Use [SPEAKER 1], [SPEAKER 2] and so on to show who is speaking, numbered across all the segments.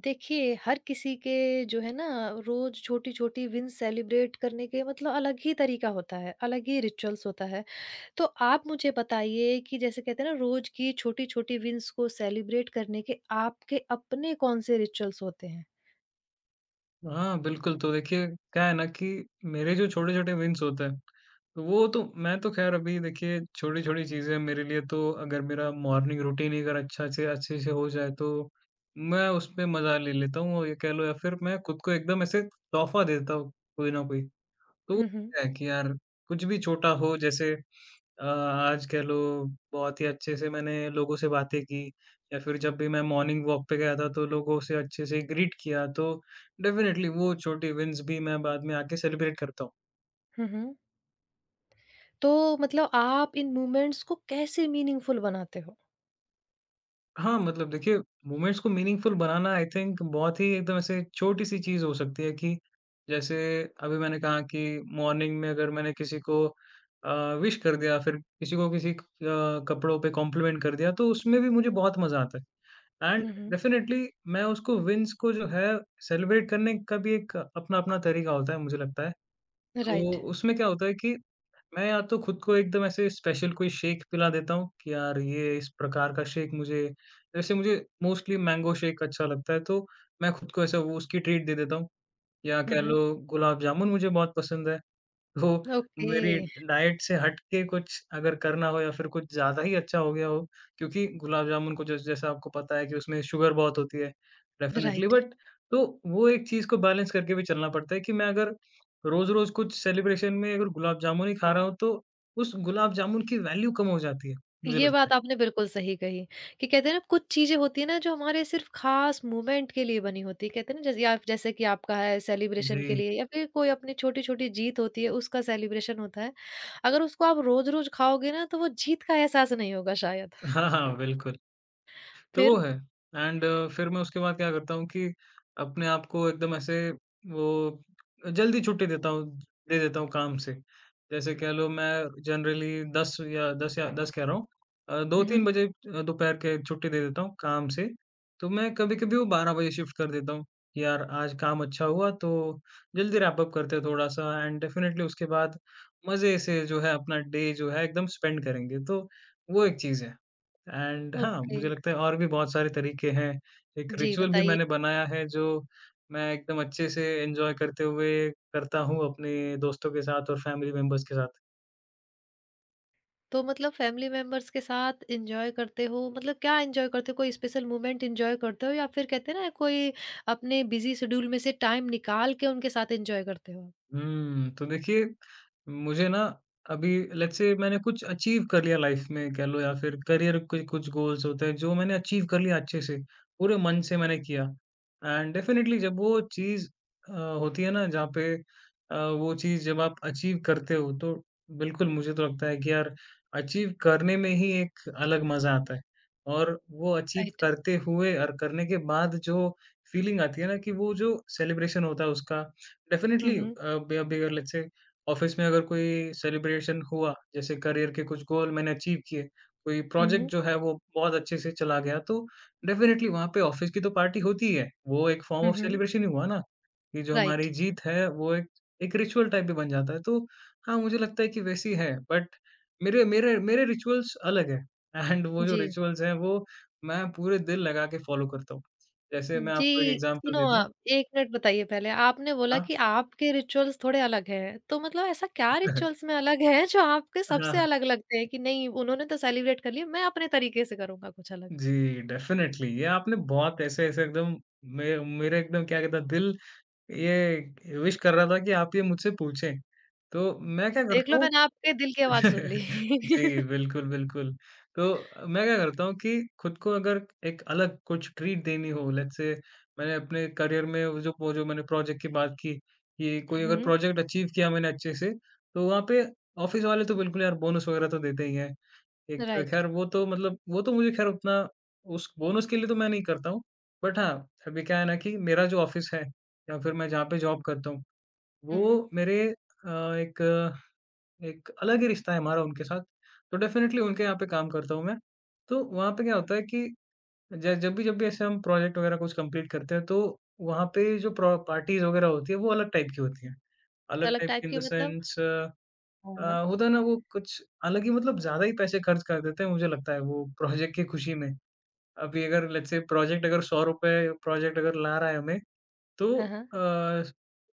[SPEAKER 1] देखिए, हर किसी के जो है ना रोज़ छोटी-छोटी विन सेलिब्रेट करने के मतलब अलग ही तरीका होता है, अलग ही रिचुअल्स होता है। तो आप मुझे बताइए कि जैसे कहते हैं ना रोज़ की छोटी-छोटी विन्स को सेलिब्रेट करने के आपके अपने कौन से रिचुअल्स होते हैं?
[SPEAKER 2] हाँ, बिल्कुल, तो देखिए, क्या है ना कि मेरे जो छोटे-छोटे विन्स होते हैं, तो वो तो मैं तो ख़ैर अभी देखिए, छोटी-छोटी चीज़ें मेरे लिए, तो अगर मेरा मॉर्निंग रूटीन ही अगर अच्छा से अच्छे से हो जाए, तो मैं उसमें मज़ा ले लेता हूँ और ये कह लो, या फिर मैं खुद को एकदम ऐसे तोहफ़ा देता हूँ, कोई ना कोई। तो वो
[SPEAKER 1] हुँ, हुँ।
[SPEAKER 2] है कि यार, कुछ भी छोटा हो, जैसे आज कह लो, बहुत ही अच्छे से मैंने लोगों से बातें की, या फिर जब भी मैं मॉर्निंग वॉक पे गया था तो लोगों से अच्छे से ग्रीट किया, तो डेफ़िनेटली वो छोटी विन्स भी मैं बाद में आके सेलिब्रेट करता हूँ।
[SPEAKER 1] हुँ, हुँ। तो मतलब आप इन मोमेंट्स को कैसे मीनिंगफुल बनाते हो?
[SPEAKER 2] हाँ, मतलब देखिए, मोमेंट्स को मीनिंगफुल बनाना, आई थिंक, बहुत ही एकदम ऐसे छोटी-सी चीज़ हो सकती है कि जैसे अभी मैंने कहा कि मॉर्निंग में अगर मैंने किसी को विश कर दिया, फिर किसी को, किसी कपड़ों पे कॉम्प्लीमेंट कर दिया, तो उसमें भी मुझे बहुत मज़ा आता है। And
[SPEAKER 1] hmm, hmm.
[SPEAKER 2] डेफिनेटली मैं उसको, विन्स को जो है, सेलिब्रेट करने का भी एक अपना-अपना तरीका होता है, मुझे लगता है। तो
[SPEAKER 1] राइट।
[SPEAKER 2] उसमें क्या होता है कि मैं या तो खुद को एकदम ऐसे स्पेशल कोई शेक पिला देता हूँ कि यार, ये इस प्रकार का शेक मुझे, जैसे मुझे मोस्टली मैंगो शेक अच्छा लगता है, तो मैं खुद को ऐसा वो उसकी ट्रीट दे देता हूँ। या
[SPEAKER 1] हुँ,
[SPEAKER 2] कह लो,
[SPEAKER 1] हुँ।
[SPEAKER 2] गुलाब जामुन मुझे बहुत पसंद है। तो
[SPEAKER 1] ओके,
[SPEAKER 2] मेरी डाइट से हट के कुछ अगर करना हो, या फिर कुछ ज़्यादा ही अच्छा हो गया हो, क्योंकि गुलाब जामुन को जैसा आपको पता है कि उसमें शुगर बहुत होती है, डेफ़िनिटली
[SPEAKER 1] राइट।
[SPEAKER 2] बट, तो वो एक चीज़ को बैलेंस करके भी चलना पड़ता है कि मैं अगर रोज़-रोज़ कुछ सेलिब्रेशन में अगर गुलाब जामुन ही खा रहा हूँ, तो उस गुलाब जामुन की वैल्यू कम हो जाती है, मुझे
[SPEAKER 1] ये
[SPEAKER 2] लगता
[SPEAKER 1] बात
[SPEAKER 2] है।
[SPEAKER 1] आपने बिल्कुल सही कही कि कहते हैं ना कुछ चीजें होती है ना जो हमारे सिर्फ खास मोमेंट के लिए बनी होती है कहते हैं ना जैसे या जैसे कि आपका है सेलिब्रेशन के
[SPEAKER 2] जी।
[SPEAKER 1] लिए या फिर कोई अपनी छोटी छोटी जीत होती है उसका सेलिब्रेशन होता है अगर उसको आप रोज रोज खाओगे ना तो वो जीत का एहसास नहीं होगा शायद
[SPEAKER 2] हाँ, हाँ, बिल्कुल। तो वो
[SPEAKER 1] फिर
[SPEAKER 2] है। एंड फिर मैं उसके बाद क्या करता हूँ कि अपने आप को एकदम ऐसे वो जल्दी छुट्टी देता हूँ, दे देता हूँ काम से। जैसे कह लो मैं जनरली 10 या 10 या 10 कह रहा हूँ, 2-3
[SPEAKER 1] हम्म
[SPEAKER 2] बजे दोपहर के, छुट्टी दे देता हूँ काम से। तो मैं कभी-कभी वो 12 बजे शिफ्ट कर देता हूँ कि यार, आज काम अच्छा हुआ तो जल्दी रैप अप करते हैं थोड़ा-सा, एंड डेफ़िनेटली उसके बाद मज़े से जो है अपना डे जो है एकदम स्पेंड करेंगे। तो वो एक चीज़ है। एंड हाँ,
[SPEAKER 1] ओके
[SPEAKER 2] मुझे लगता है और भी बहुत सारे तरीके हैं। एक
[SPEAKER 1] जी
[SPEAKER 2] रिचुअल भी
[SPEAKER 1] बताइए
[SPEAKER 2] मैंने बनाया है जो मैं एकदम अच्छे से एन्जॉय करते हुए करता हूँ अपने दोस्तों के साथ और फैमिली मेंबर्स के साथ।
[SPEAKER 1] तो मतलब फैमिली मेंबर्स के साथ एंजॉय करते हो मतलब क्या एंजॉय करते हो कोई स्पेशल मोमेंट एंजॉय करते हो या फिर कहते हैं ना कोई अपने बिजी शेड्यूल में से टाइम निकाल के उनके साथ एंजॉय करते हो
[SPEAKER 2] तो देखिए, मुझे ना अभी लेट्स से मैंने कुछ अचीव कर लिया लाइफ़ में कह लो, या फिर करियर के कुछ गोल्स होते हैं जो मैंने अचीव कर लिया अच्छे से, पूरे मन से मैंने किया। एंड डेफ़िनेटली जब वो चीज़ होती है ना, जहाँ पे वो चीज़ जब आप अचीव करते हो, तो बिल्कुल मुझे तो लगता है कि यार, अचीव करने में ही एक अलग मज़ा आता है। और वो अचीव करते हुए और करने के बाद जो फीलिंग आती है ना, कि वो जो सेलिब्रेशन होता है उसका,
[SPEAKER 1] हुँ,
[SPEAKER 2] डेफ़िनेटली,
[SPEAKER 1] हुँ।
[SPEAKER 2] अ, बे बे लेट्स से ऑफ़िस में अगर कोई सेलिब्रेशन हुआ, जैसे करियर के कुछ गोल मैंने अचीव किए, कोई
[SPEAKER 1] हुँ,
[SPEAKER 2] प्रोजेक्ट
[SPEAKER 1] हुँ।
[SPEAKER 2] जो है वो बहुत अच्छे से चला गया, तो डेफ़िनेटली वहाँ पे ऑफ़िस की तो पार्टी होती ही है। वो एक फॉर्म
[SPEAKER 1] हुँ,
[SPEAKER 2] ऑफ़
[SPEAKER 1] हुँ।
[SPEAKER 2] सेलिब्रेशन ही हुआ ना, कि जो
[SPEAKER 1] राइट।
[SPEAKER 2] हमारी जीत है वो एक एक रिचुअल टाइप भी बन जाता है। तो हाँ, मुझे लगता है कि वैसी है, बट मेरे मेरे मेरे रिचुअल्स अलग हैं, एंड वो जो
[SPEAKER 1] जी।
[SPEAKER 2] रिचुअल्स हैं वो मैं पूरे दिल लगा के फ़ॉलो करता हूँ। जैसे मैं
[SPEAKER 1] जी,
[SPEAKER 2] आपको एक एग्ज़ाम्पल
[SPEAKER 1] सुनो
[SPEAKER 2] देता हूँ।
[SPEAKER 1] आप, 1 मिनट बताइए पहले, आपने बोला
[SPEAKER 2] हाँ,
[SPEAKER 1] कि आपके रिचुअल्स थोड़े अलग हैं, तो मतलब ऐसा क्या रिचुअल्स में अलग है जो आपके
[SPEAKER 2] हाँ,
[SPEAKER 1] सबसे
[SPEAKER 2] हाँ।
[SPEAKER 1] अलग लगते हैं कि नहीं उन्होंने तो सेलिब्रेट कर लिया, मैं अपने तरीके से करूँगा कुछ अलग?
[SPEAKER 2] जी, डेफ़िनेटली ये आपने बहुत ऐसे-ऐसे एकदम मे मेरे एकदम, क्या कहते हैं, दिल ये विश कर रहा था कि आप ये मुझसे पूछें। तो मैं क्या
[SPEAKER 1] देख
[SPEAKER 2] करता
[SPEAKER 1] लो
[SPEAKER 2] हूँ?
[SPEAKER 1] मैंने आपके दिल की आवाज़ सुन ली।
[SPEAKER 2] जी, बिल्कुल, बिल्कुल। तो मैं क्या करता हूँ कि खुद को अगर एक अलग कुछ ट्रीट देनी हो, लेट्स से, मैंने अपने करियर में वो जो, मैंने प्रोजेक्ट की बात की, कि कोई अगर
[SPEAKER 1] हुँ,
[SPEAKER 2] प्रोजेक्ट अचीव किया मैंने अच्छे से, तो वहाँ पे ऑफ़िस वाले तो बिल्कुल यार बोनस वग़ैरह तो देते ही हैं। एक,
[SPEAKER 1] राइट।
[SPEAKER 2] खैर वो तो मतलब वो तो मुझे खैर उतना, उस बोनस के लिए तो मैं नहीं करता हूँ। बट हाँ, अभी क्या है ना कि मेरा जो ऑफ़िस है, या फिर मैं जहाँ पे जॉब करता हूँ,
[SPEAKER 1] हुँ, हुँ।
[SPEAKER 2] वो मेरे एक, अलग ही रिश्ता है हमारा उनके साथ। तो डेफ़िनेटली उनके यहाँ पे काम करता हूँ मैं। तो वहाँ पे क्या होता है कि ज जब भी ऐसे हम प्रोजेक्ट वग़ैरह कुछ कंप्लीट करते हैं, तो वहाँ पे जो प्रो पार्टीज़ वग़ैरह होती है, वो अलग टाइप की होती हैं। अलग
[SPEAKER 1] अलग
[SPEAKER 2] टाइप
[SPEAKER 1] टाइप
[SPEAKER 2] की इन
[SPEAKER 1] की
[SPEAKER 2] द
[SPEAKER 1] मतलब?
[SPEAKER 2] सेंस, अ,
[SPEAKER 1] हाँ, हाँ।
[SPEAKER 2] होता है ना वो कुछ, हालाँकि मतलब ज़्यादा ही पैसे खर्च कर देते हैं, मुझे लगता है वो प्रोजेक्ट की खुशी में। अभी अगर लेट्स से प्रोजेक्ट अगर ₹100, प्रोजेक्ट अगर ला रहा है हमें, तो
[SPEAKER 1] हाँ, हाँ।
[SPEAKER 2] अ,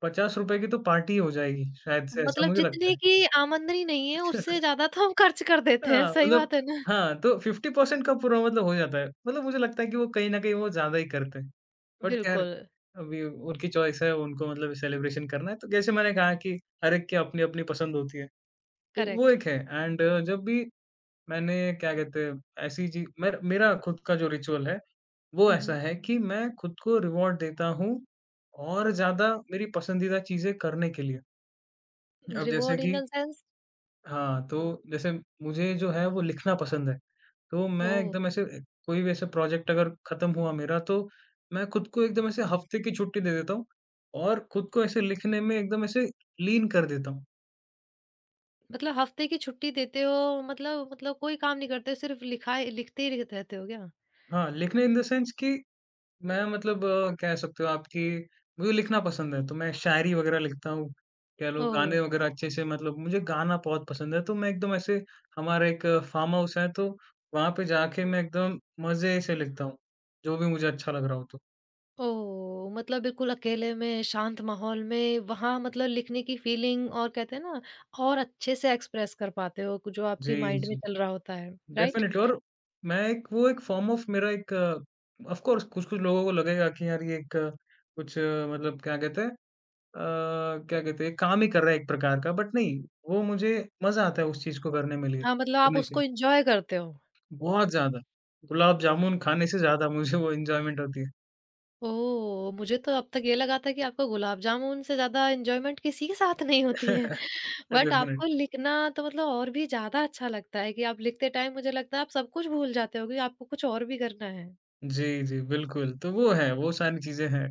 [SPEAKER 2] ₹50 की तो पार्टी हो जाएगी शायद से, ऐसा
[SPEAKER 1] मतलब
[SPEAKER 2] मुझे लगता
[SPEAKER 1] जितने
[SPEAKER 2] है।
[SPEAKER 1] की आमदनी नहीं है उससे ज़्यादा तो हम खर्च कर देते हैं,
[SPEAKER 2] हाँ,
[SPEAKER 1] सही
[SPEAKER 2] मतलब,
[SPEAKER 1] बात है ना?
[SPEAKER 2] हाँ, तो 50% का पूरा मतलब हो जाता है। मतलब मुझे लगता है कि वो कहीं न कहीं वो ज़्यादा ही करते हैं। बट खैर
[SPEAKER 1] बिल्कुल,
[SPEAKER 2] अभी उनकी चॉइस है, उनको मतलब सेलिब्रेशन करना है। तो जैसे मैंने कहा कि हर एक की अपनी-अपनी पसंद होती है। तो वो
[SPEAKER 1] करेक्ट।
[SPEAKER 2] एक है। एंड जब भी मैंने, क्या कहते हैं, ऐसी चीज़, मेरा खुद का जो रिचुअल है, वो
[SPEAKER 1] हुँ,
[SPEAKER 2] ऐसा
[SPEAKER 1] हुँ।
[SPEAKER 2] है कि मैं खुद को रिवॉर्ड देता हूँ और ज़्यादा मेरी पसंदीदा चीज़ें करने के लिए। अब जैसे
[SPEAKER 1] रिवॉर्ड इन
[SPEAKER 2] कि,
[SPEAKER 1] द सेंस
[SPEAKER 2] हाँ, तो जैसे, मुझे जो है वो लिखना पसंद है, तो मैं
[SPEAKER 1] ओह!
[SPEAKER 2] एकदम ऐसे कोई भी ऐसे प्रोजेक्ट अगर खत्म हुआ मेरा, तो मैं खुद को एकदम ऐसे हफ्ते की छुट्टी दे देता हूँ और खुद को ऐसे लिखने में एकदम ऐसे लीन कर देता हूँ।
[SPEAKER 1] मतलब हफ्ते की छुट्टी देते हो मतलब कोई काम नहीं करते सिर्फ़ लिखाई लिखते ही रहते हो क्या?
[SPEAKER 2] हाँ, लिखने इन द सेंस कि, मैं मतलब, कह सकते हो आप कि मुझे लिखना पसंद है, तो मैं शायरी वग़ैरह लिखता हूँ। कह लो,
[SPEAKER 1] ओह!
[SPEAKER 2] गाने वग़ैरह अच्छे से, मतलब मुझे गाना बहुत पसंद है, तो मैं एकदम ऐसे, हमारा एक फार्म हाउस है, तो वहाँ पे जाके मैं एकदम मज़े से लिखता हूँ, जो भी मुझे अच्छा लग रहा हो तो।
[SPEAKER 1] ओह! मतलब बिल्कुल अकेले में शांत माहौल में वहाँ मतलब लिखने की फीलिंग और कहते हैं ना और अच्छे से एक्सप्रेस कर पाते हो जो
[SPEAKER 2] जी,
[SPEAKER 1] आपके माइंड में
[SPEAKER 2] जी।
[SPEAKER 1] चल रहा होता है, राइट?
[SPEAKER 2] डेफ़िनिटली। और मैं एक वो एक फ़ॉर्म ऑफ, मेरा एक, ऑफ़ कोर्स कुछ-कुछ लोगों को लगेगा कि यार ये एक, मतलब, क्या कहते हैं, अ, क्या कहते हैं, काम ही कर रहा है एक प्रकार का, बट नहीं, वो मुझे मज़ा आता है उस चीज़ को करने में, लिए
[SPEAKER 1] हाँ, मतलब आप
[SPEAKER 2] करने के,
[SPEAKER 1] उसको एन्जॉय करते हो।
[SPEAKER 2] बहुत ज़्यादा। गुलाब जामुन खाने से ज़्यादा मुझे वो एन्जॉयमेंट होती है।
[SPEAKER 1] ओह! मुझे तो अब तक ये लगा था कि आपको गुलाब जामुन से ज़्यादा एन्जॉयमेंट किसी के साथ नहीं होती है। बट
[SPEAKER 2] डेफिनेट,
[SPEAKER 1] आपको लिखना तो मतलब और भी ज़्यादा अच्छा लगता है कि आप लिखते टाइम मुझे लगता है आप सब कुछ भूल जाते होगे, आपको कुछ और भी करना है।
[SPEAKER 2] जी, जी, बिल्कुल। तो वो है, वो सारी चीज़ें हैं।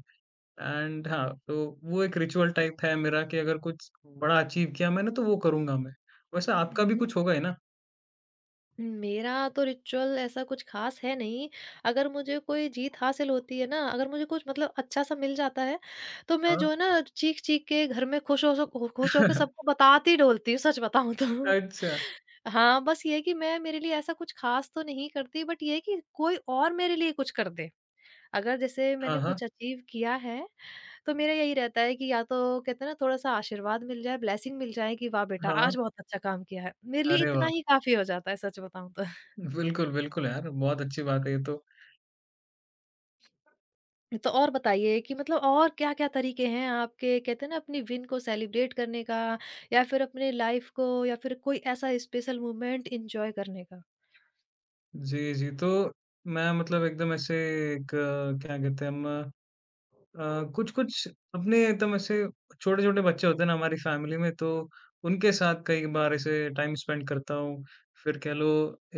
[SPEAKER 2] एंड हाँ, तो वो एक रिचुअल टाइप है मेरा कि अगर कुछ बड़ा अचीव किया मैंने तो वो करूँगा मैं। वैसे आपका भी
[SPEAKER 1] हुँ।
[SPEAKER 2] कुछ होगा ही ना?
[SPEAKER 1] मेरा तो रिचुअल ऐसा कुछ ख़ास है नहीं। अगर मुझे कोई जीत हासिल होती है ना, अगर मुझे कुछ मतलब अच्छा-सा मिल जाता है, तो मैं
[SPEAKER 2] हाँ।
[SPEAKER 1] जो है ना चीख-चीख के घर में खुश हो सो खुश होके सबको बताती डोलती हूँ, सच बताऊँ तो।
[SPEAKER 2] अच्छा।
[SPEAKER 1] हाँ, बस ये है कि मैं मेरे लिए ऐसा कुछ ख़ास तो नहीं करती बट ये है कि कोई और मेरे लिए कुछ कर दे। अगर जैसे
[SPEAKER 2] हाँ,
[SPEAKER 1] मैंने
[SPEAKER 2] हाँ।
[SPEAKER 1] कुछ अचीव किया है, तो मेरा यही रहता है कि या तो कहते हैं ना थोड़ा-सा आशीर्वाद मिल जाए, ब्लेसिंग मिल जाए कि वाह बेटा
[SPEAKER 2] हाँ।
[SPEAKER 1] आज बहुत अच्छा काम किया है। मेरे लिए
[SPEAKER 2] अरे वाह!
[SPEAKER 1] इतना ही काफ़ी हो जाता है सच बताऊँ तो।
[SPEAKER 2] बिल्कुल, बिल्कुल यार, बहुत अच्छी बात है ये तो।
[SPEAKER 1] तो और बताइए कि मतलब और क्या-क्या तरीके हैं आपके कहते हैं ना अपनी विन को सेलिब्रेट करने का या फिर अपने लाइफ़ को या फिर कोई ऐसा स्पेशल मोमेंट एन्जॉय करने का?
[SPEAKER 2] जी, जी। तो मैं मतलब एकदम ऐसे एक, क्या कहते हैं हम, कुछ-कुछ अपने एकदम ऐसे, छोटे-छोटे बच्चे होते हैं ना हमारी फैमिली में, तो उनके साथ कई बार ऐसे टाइम स्पेंड करता हूँ। फिर कह लो,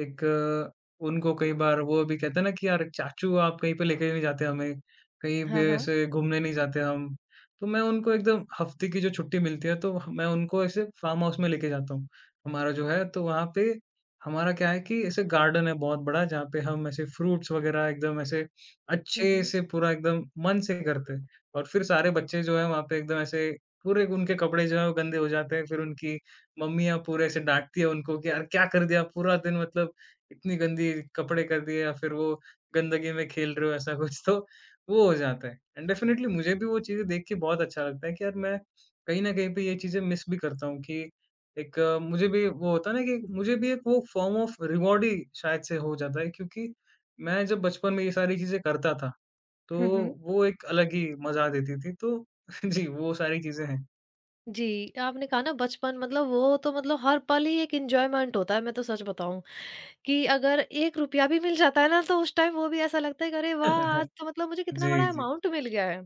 [SPEAKER 2] एक, उनको कई बार वो भी कहते हैं ना कि यार चाचू, आप कहीं पे लेके नहीं जाते हमें, कहीं भी
[SPEAKER 1] हाँ, हाँ।
[SPEAKER 2] ऐसे घूमने नहीं जाते हम। तो मैं उनको एकदम हफ्ते की जो छुट्टी मिलती है तो मैं उनको ऐसे फार्म हाउस में लेके जाता हूँ। हमारा जो है तो वहाँ पे हमारा क्या है कि ऐसे गार्डन है बहुत बड़ा, जहाँ पे हम ऐसे फ्रूट्स वगैरह एकदम ऐसे
[SPEAKER 1] हुँ,
[SPEAKER 2] अच्छे
[SPEAKER 1] हुँ।
[SPEAKER 2] से पूरा एकदम मन से करते हैं, और फिर सारे बच्चे जो हैं वहाँ पे एकदम ऐसे, पूरे उनके कपड़े जो हैं वो गंदे हो जाते हैं। फिर उनकी मम्मियाँ पूरे ऐसे डाँटती है उनको कि यार क्या कर दिया पूरा दिन, मतलब इतनी गंदी कपड़े कर दिए, या फिर वो गंदगी में खेल रहे हो ऐसा कुछ, तो वो हो जाता है। एंड डेफ़िनेटली मुझे भी वो चीज़ें देख के बहुत अच्छा लगता है कि यार मैं कहीं न कहीं पे ये चीज़ें मिस भी करता हूँ, कि एक, मुझे भी वो होता है ना कि मुझे भी एक वो फ़ॉर्म ऑफ रिवॉर्ड ही शायद से हो जाता है, क्योंकि मैं जब बचपन में ये सारी चीज़ें करता था,
[SPEAKER 1] हुँ,
[SPEAKER 2] तो
[SPEAKER 1] हुँ।
[SPEAKER 2] वो एक अलग ही मज़ा देती थी, तो जी, वो सारी चीज़ें हैं।
[SPEAKER 1] जी, आपने कहा ना बचपन मतलब वो तो मतलब हर पल ही एक एन्जॉयमेंट होता है, मैं तो सच बताऊँ कि अगर ₹1 भी मिल जाता है ना, तो उस टाइम वो भी ऐसा लगता है कि अरे वाह! आज तो मतलब मुझे कितना
[SPEAKER 2] जी,
[SPEAKER 1] बड़ा
[SPEAKER 2] जी।
[SPEAKER 1] अमाउंट मिल गया है।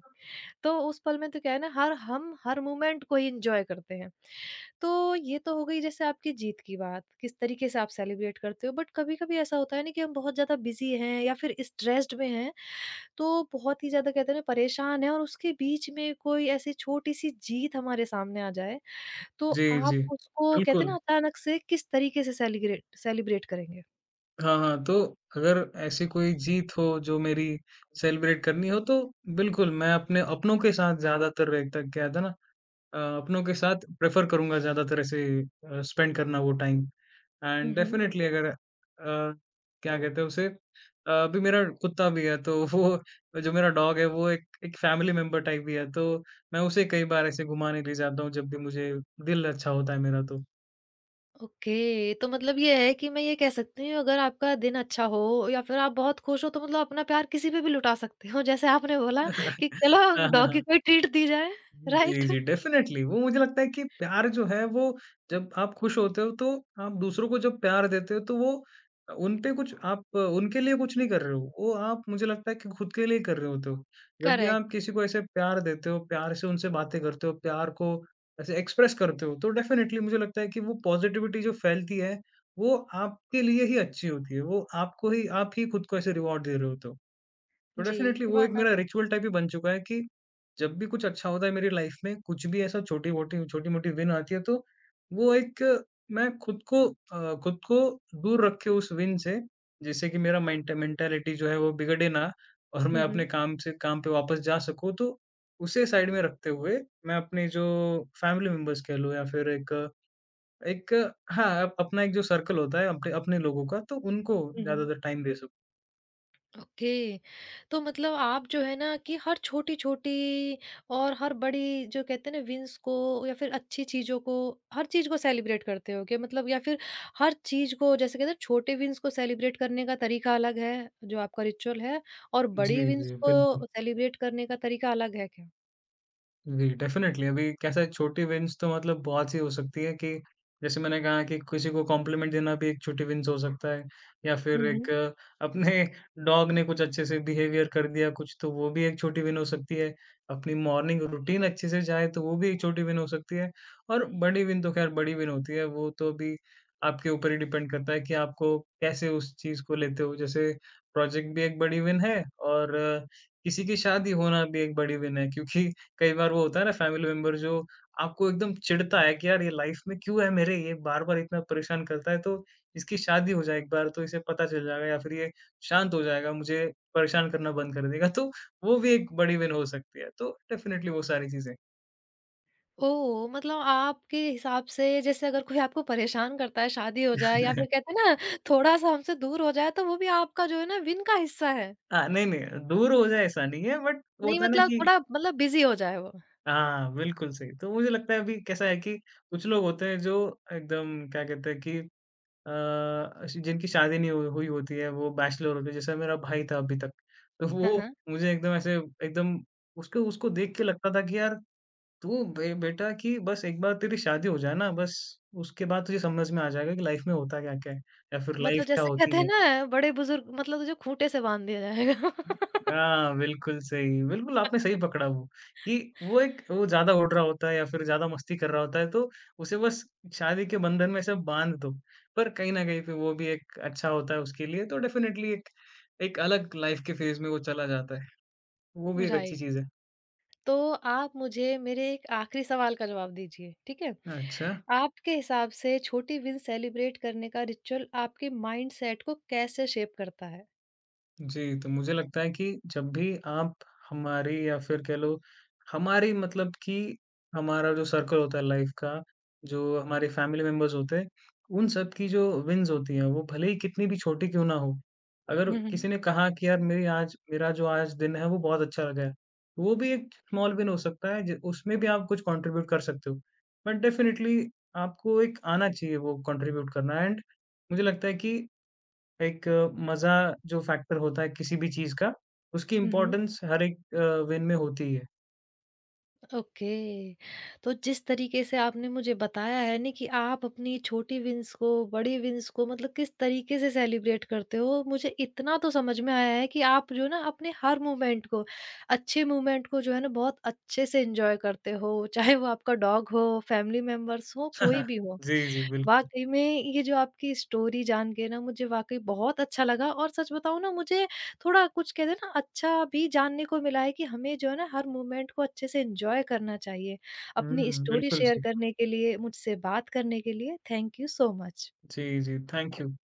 [SPEAKER 1] तो उस पल में तो क्या है ना, हर मोमेंट को ही एन्जॉय करते हैं। तो ये तो हो गई जैसे आपकी जीत की बात, किस तरीके से आप सेलिब्रेट करते हो। बट कभी-कभी ऐसा होता है ना कि हम बहुत ज़्यादा बिज़ी हैं या फिर स्ट्रेस्ड में हैं, तो बहुत ही ज़्यादा कहते हैं ना परेशान हैं और उसके बीच में कोई ऐसी छोटी-सी जीत हमारे सामने आ जाए, तो
[SPEAKER 2] जी, जी।
[SPEAKER 1] आप उसको कहते हैं
[SPEAKER 2] बिल्कुल।
[SPEAKER 1] ना अचानक से किस तरीके से सेलिब्रेट सेलिब्रेट करेंगे?
[SPEAKER 2] हाँ, हाँ, तो अगर ऐसी कोई जीत हो जो मेरी सेलिब्रेट करनी हो, तो बिल्कुल मैं अपने अपनों के साथ ज़्यादातर, एक तक क्या था ना, अपनों के साथ प्रेफ़र करूँगा ज़्यादातर, ऐसे स्पेंड करना वो टाइम।
[SPEAKER 1] हुँ,
[SPEAKER 2] एंड
[SPEAKER 1] हुँ।
[SPEAKER 2] डेफ़िनेटली अगर क्या कहते हैं उसे, अभी मेरा कुत्ता भी है, तो वो जो मेरा डॉग है, वो एक एक फैमिली मेंबर टाइप भी है, तो मैं उसे कई बार ऐसे घुमाने ले जाता हूँ, जब भी मुझे दिल अच्छा होता है मेरा तो।
[SPEAKER 1] ओके, तो मतलब ये है कि मैं ये कह सकती हूँ अगर आपका दिन अच्छा हो या फिर आप बहुत खुश हो तो मतलब अपना प्यार किसी पे भी लुटा सकते हो जैसे आपने बोला कि चलो
[SPEAKER 2] हाँ, हाँ,
[SPEAKER 1] डॉगी
[SPEAKER 2] हाँ।
[SPEAKER 1] को ही ट्रीट दी जाए,
[SPEAKER 2] जी,
[SPEAKER 1] राइट?
[SPEAKER 2] जी, डेफ़िनेटली, वो मुझे लगता है कि प्यार जो है वो, जब आप खुश होते हो तो आप दूसरों को जब प्यार देते हो तो वो उन पे कुछ, आप उनके लिए कुछ नहीं कर रहे हो। वो आप मुझे लगता है कि खुद के लिए कर रहे होते हो। जब भी आप
[SPEAKER 1] करेक्ट।
[SPEAKER 2] किसी को ऐसे प्यार देते हो, प्यार से उनसे बातें करते हो, प्यार को ऐसे एक्सप्रेस करते हो, तो डेफ़िनेटली मुझे लगता है कि वो पॉज़िटिविटी जो फैलती है, वो आपके लिए ही अच्छी होती है। वो आपको ही, आप ही खुद को ऐसे रिवॉर्ड दे रहे होते हो। तो
[SPEAKER 1] जी,
[SPEAKER 2] डेफ़िनेटली
[SPEAKER 1] ये
[SPEAKER 2] वो एक
[SPEAKER 1] बात आप
[SPEAKER 2] मेरा रिचुअल टाइप ही बन चुका है कि जब भी कुछ अच्छा होता है मेरी लाइफ़ में, कुछ भी ऐसा छोटी-मोटी छोटी-मोटी विन आती है, तो वो एक, मैं खुद को खुद को दूर रखे उस विन से, जिससे कि मेरा मेंटालिटी जो है वो बिगड़े ना, और मैं
[SPEAKER 1] हुँ,
[SPEAKER 2] अपने
[SPEAKER 1] हुँ।
[SPEAKER 2] काम से काम पे वापस जा सकूँ। तो उसे साइड में रखते हुए मैं अपने जो फैमिली मेंबर्स कह लो या फिर एक एक हाँ, अपना एक जो सर्कल होता है, अपने अपने लोगों का, तो उनको
[SPEAKER 1] हुँ, हुँ।
[SPEAKER 2] ज़्यादातर टाइम दे सकूँ।
[SPEAKER 1] ओके तो मतलब आप जो है ना कि हर छोटी-छोटी और हर बड़ी जो कहते हैं ना विन्स को या फिर अच्छी चीज़ों को हर चीज़ को सेलिब्रेट करते हो क्या? मतलब या फिर हर चीज़ को जैसे कहते हैं छोटे विन्स को सेलिब्रेट करने का तरीका अलग है जो आपका रिचुअल है और
[SPEAKER 2] जी,
[SPEAKER 1] बड़ी विन्स
[SPEAKER 2] जी। बिल्कुल।
[SPEAKER 1] को सेलिब्रेट करने का तरीका अलग है क्या?
[SPEAKER 2] जी, डेफ़िनेटली, अभी कैसा है, छोटी विन्स तो मतलब बहुत सी हो सकती है कि जैसे मैंने कहा कि किसी को कॉम्प्लीमेंट देना भी एक छोटी विन्स हो सकता है, या फिर
[SPEAKER 1] हुँ, हुँ।
[SPEAKER 2] एक अपने डॉग ने कुछ अच्छे से बिहेवियर कर दिया कुछ, तो वो भी एक छोटी विन हो सकती है। अपनी मॉर्निंग रूटीन अच्छे से जाए तो वो भी एक छोटी विन हो सकती है। और बड़ी विन तो ख़ैर बड़ी विन होती है। वो तो अभी आपके ऊपर ही डिपेंड करता है कि आपको कैसे, उस चीज़ को लेते हो। जैसे प्रोजेक्ट भी एक बड़ी विन है, और किसी की शादी होना भी एक बड़ी विन है, क्योंकि कई बार वो होता है ना फैमिली मेंबर, जो आपको एकदम चिढ़ता है कि यार ये लाइफ में क्यों है मेरे, ये बार-बार इतना परेशान करता है, तो इसकी शादी हो जाए एक बार तो इसे पता चल जाएगा, या फिर ये शांत हो जाएगा, मुझे परेशान करना बंद कर देगा। तो वो भी एक बड़ी विन हो सकती है। तो डेफ़िनेटली वो सारी चीज़ें।
[SPEAKER 1] ओह! मतलब आपके हिसाब से जैसे अगर कोई आपको परेशान करता है शादी हो जाए या फिर कहते हैं ना थोड़ा-सा हमसे दूर हो जाए तो वो भी आपका जो है ना विन का हिस्सा है।
[SPEAKER 2] हाँ, नहीं, नहीं दूर हो जाए ऐसा नहीं है, बट वो
[SPEAKER 1] नहीं
[SPEAKER 2] होता है ना
[SPEAKER 1] मतलब
[SPEAKER 2] कि,
[SPEAKER 1] थोड़ा मतलब बिज़ी हो जाए वो।
[SPEAKER 2] हाँ, बिल्कुल सही। तो मुझे लगता है अभी कैसा है कि कुछ लोग होते हैं जो एकदम, क्या कहते हैं कि ऐसी जिनकी शादी नहीं हुई हुई होती है, वो बैचलर होते हैं, जैसे मेरा भाई था अभी तक। तो हुँ।
[SPEAKER 1] हाँ,
[SPEAKER 2] वो
[SPEAKER 1] हाँ।
[SPEAKER 2] मुझे एकदम ऐसे, एकदम उसको उसको देख के लगता था कि यार, तू बे बेटा, कि बस एक बार तेरी शादी हो जाए ना, बस उसके बाद तुझे समझ में आ जाएगा कि लाइफ में होता क्या-क्या है, या फिर लाइफ
[SPEAKER 1] मतलब
[SPEAKER 2] क्या
[SPEAKER 1] जैसे
[SPEAKER 2] होती
[SPEAKER 1] कहते हैं
[SPEAKER 2] है।
[SPEAKER 1] ना बड़े-बुज़ुर्ग मतलब तुझे खूँटे से बाँध दिया जाएगा।
[SPEAKER 2] हाँ, बिल्कुल सही। बिल्कुल, आपने सही पकड़ा। वो कि वो एक, वो ज़्यादा उड़ रहा होता है या फिर ज़्यादा मस्ती कर रहा होता है, तो उसे बस शादी के बंधन में सब बाँध दो। पर कहीं न कहीं पे वो भी एक अच्छा होता है उसके लिए, तो डेफ़िनेटली एक एक अलग लाइफ़ के फ़ेज़ में वो चला जाता है। वो भी एक अच्छी
[SPEAKER 1] राइट।
[SPEAKER 2] चीज़ है।
[SPEAKER 1] तो आप मुझे मेरे एक आखिरी सवाल का जवाब दीजिए, ठीक है?
[SPEAKER 2] अच्छा।
[SPEAKER 1] आपके हिसाब से छोटी विन सेलिब्रेट करने का रिचुअल आपके माइंडसेट को कैसे शेप करता है?
[SPEAKER 2] जी, तो मुझे लगता है कि जब भी आप, हमारी, या फिर कह लो हमारी मतलब कि, हमारा जो सर्कल होता है लाइफ का, जो हमारे फैमिली मेंबर्स होते हैं, उन सब की जो विन्स होती हैं, वो भले ही कितनी भी छोटी क्यों ना हो, अगर
[SPEAKER 1] हुँ, हुँ।
[SPEAKER 2] किसी ने कहा कि यार मेरी आज, मेरा जो आज दिन है वो बहुत अच्छा लगा है, तो वो भी एक स्मॉल विन हो सकता है, ज उसमें भी आप कुछ कंट्रीब्यूट कर सकते हो। बट डेफ़िनेटली आपको एक आना चाहिए वो कंट्रीब्यूट करना। एंड मुझे लगता है कि एक मज़ा जो फैक्टर होता है किसी भी चीज़ का, उसकी
[SPEAKER 1] हुँ, हुँ।
[SPEAKER 2] इम्पोर्टेंस हर एक वेन में होती ही है।
[SPEAKER 1] ओके तो जिस तरीके से आपने मुझे बताया है ना कि आप अपनी छोटी विंस को बड़ी विंस को मतलब किस तरीके से सेलिब्रेट करते हो मुझे इतना तो समझ में आया है कि आप जो ना अपने हर मोमेंट को अच्छे मोमेंट को जो है ना बहुत अच्छे से एंजॉय करते हो चाहे वो आपका डॉग हो फैमिली मेम्बर्स हो कोई भी हो
[SPEAKER 2] जी, जी, बिल्कुल।
[SPEAKER 1] वाकई में ये जो आपकी स्टोरी जान के ना मुझे वाकई बहुत अच्छा लगा और सच बताऊं ना मुझे थोड़ा कुछ कहते हैं ना अच्छा भी जानने को मिला है कि हमें जो है ना हर मोमेंट को अच्छे से एंजॉय करना चाहिए। अपनी
[SPEAKER 2] हुँ,
[SPEAKER 1] स्टोरी
[SPEAKER 2] बिल्कुल
[SPEAKER 1] शेयर
[SPEAKER 2] सही।
[SPEAKER 1] करने के लिए, मुझसे बात करने के लिए थैंक यू सो मच।
[SPEAKER 2] जी, जी, थैंक यू।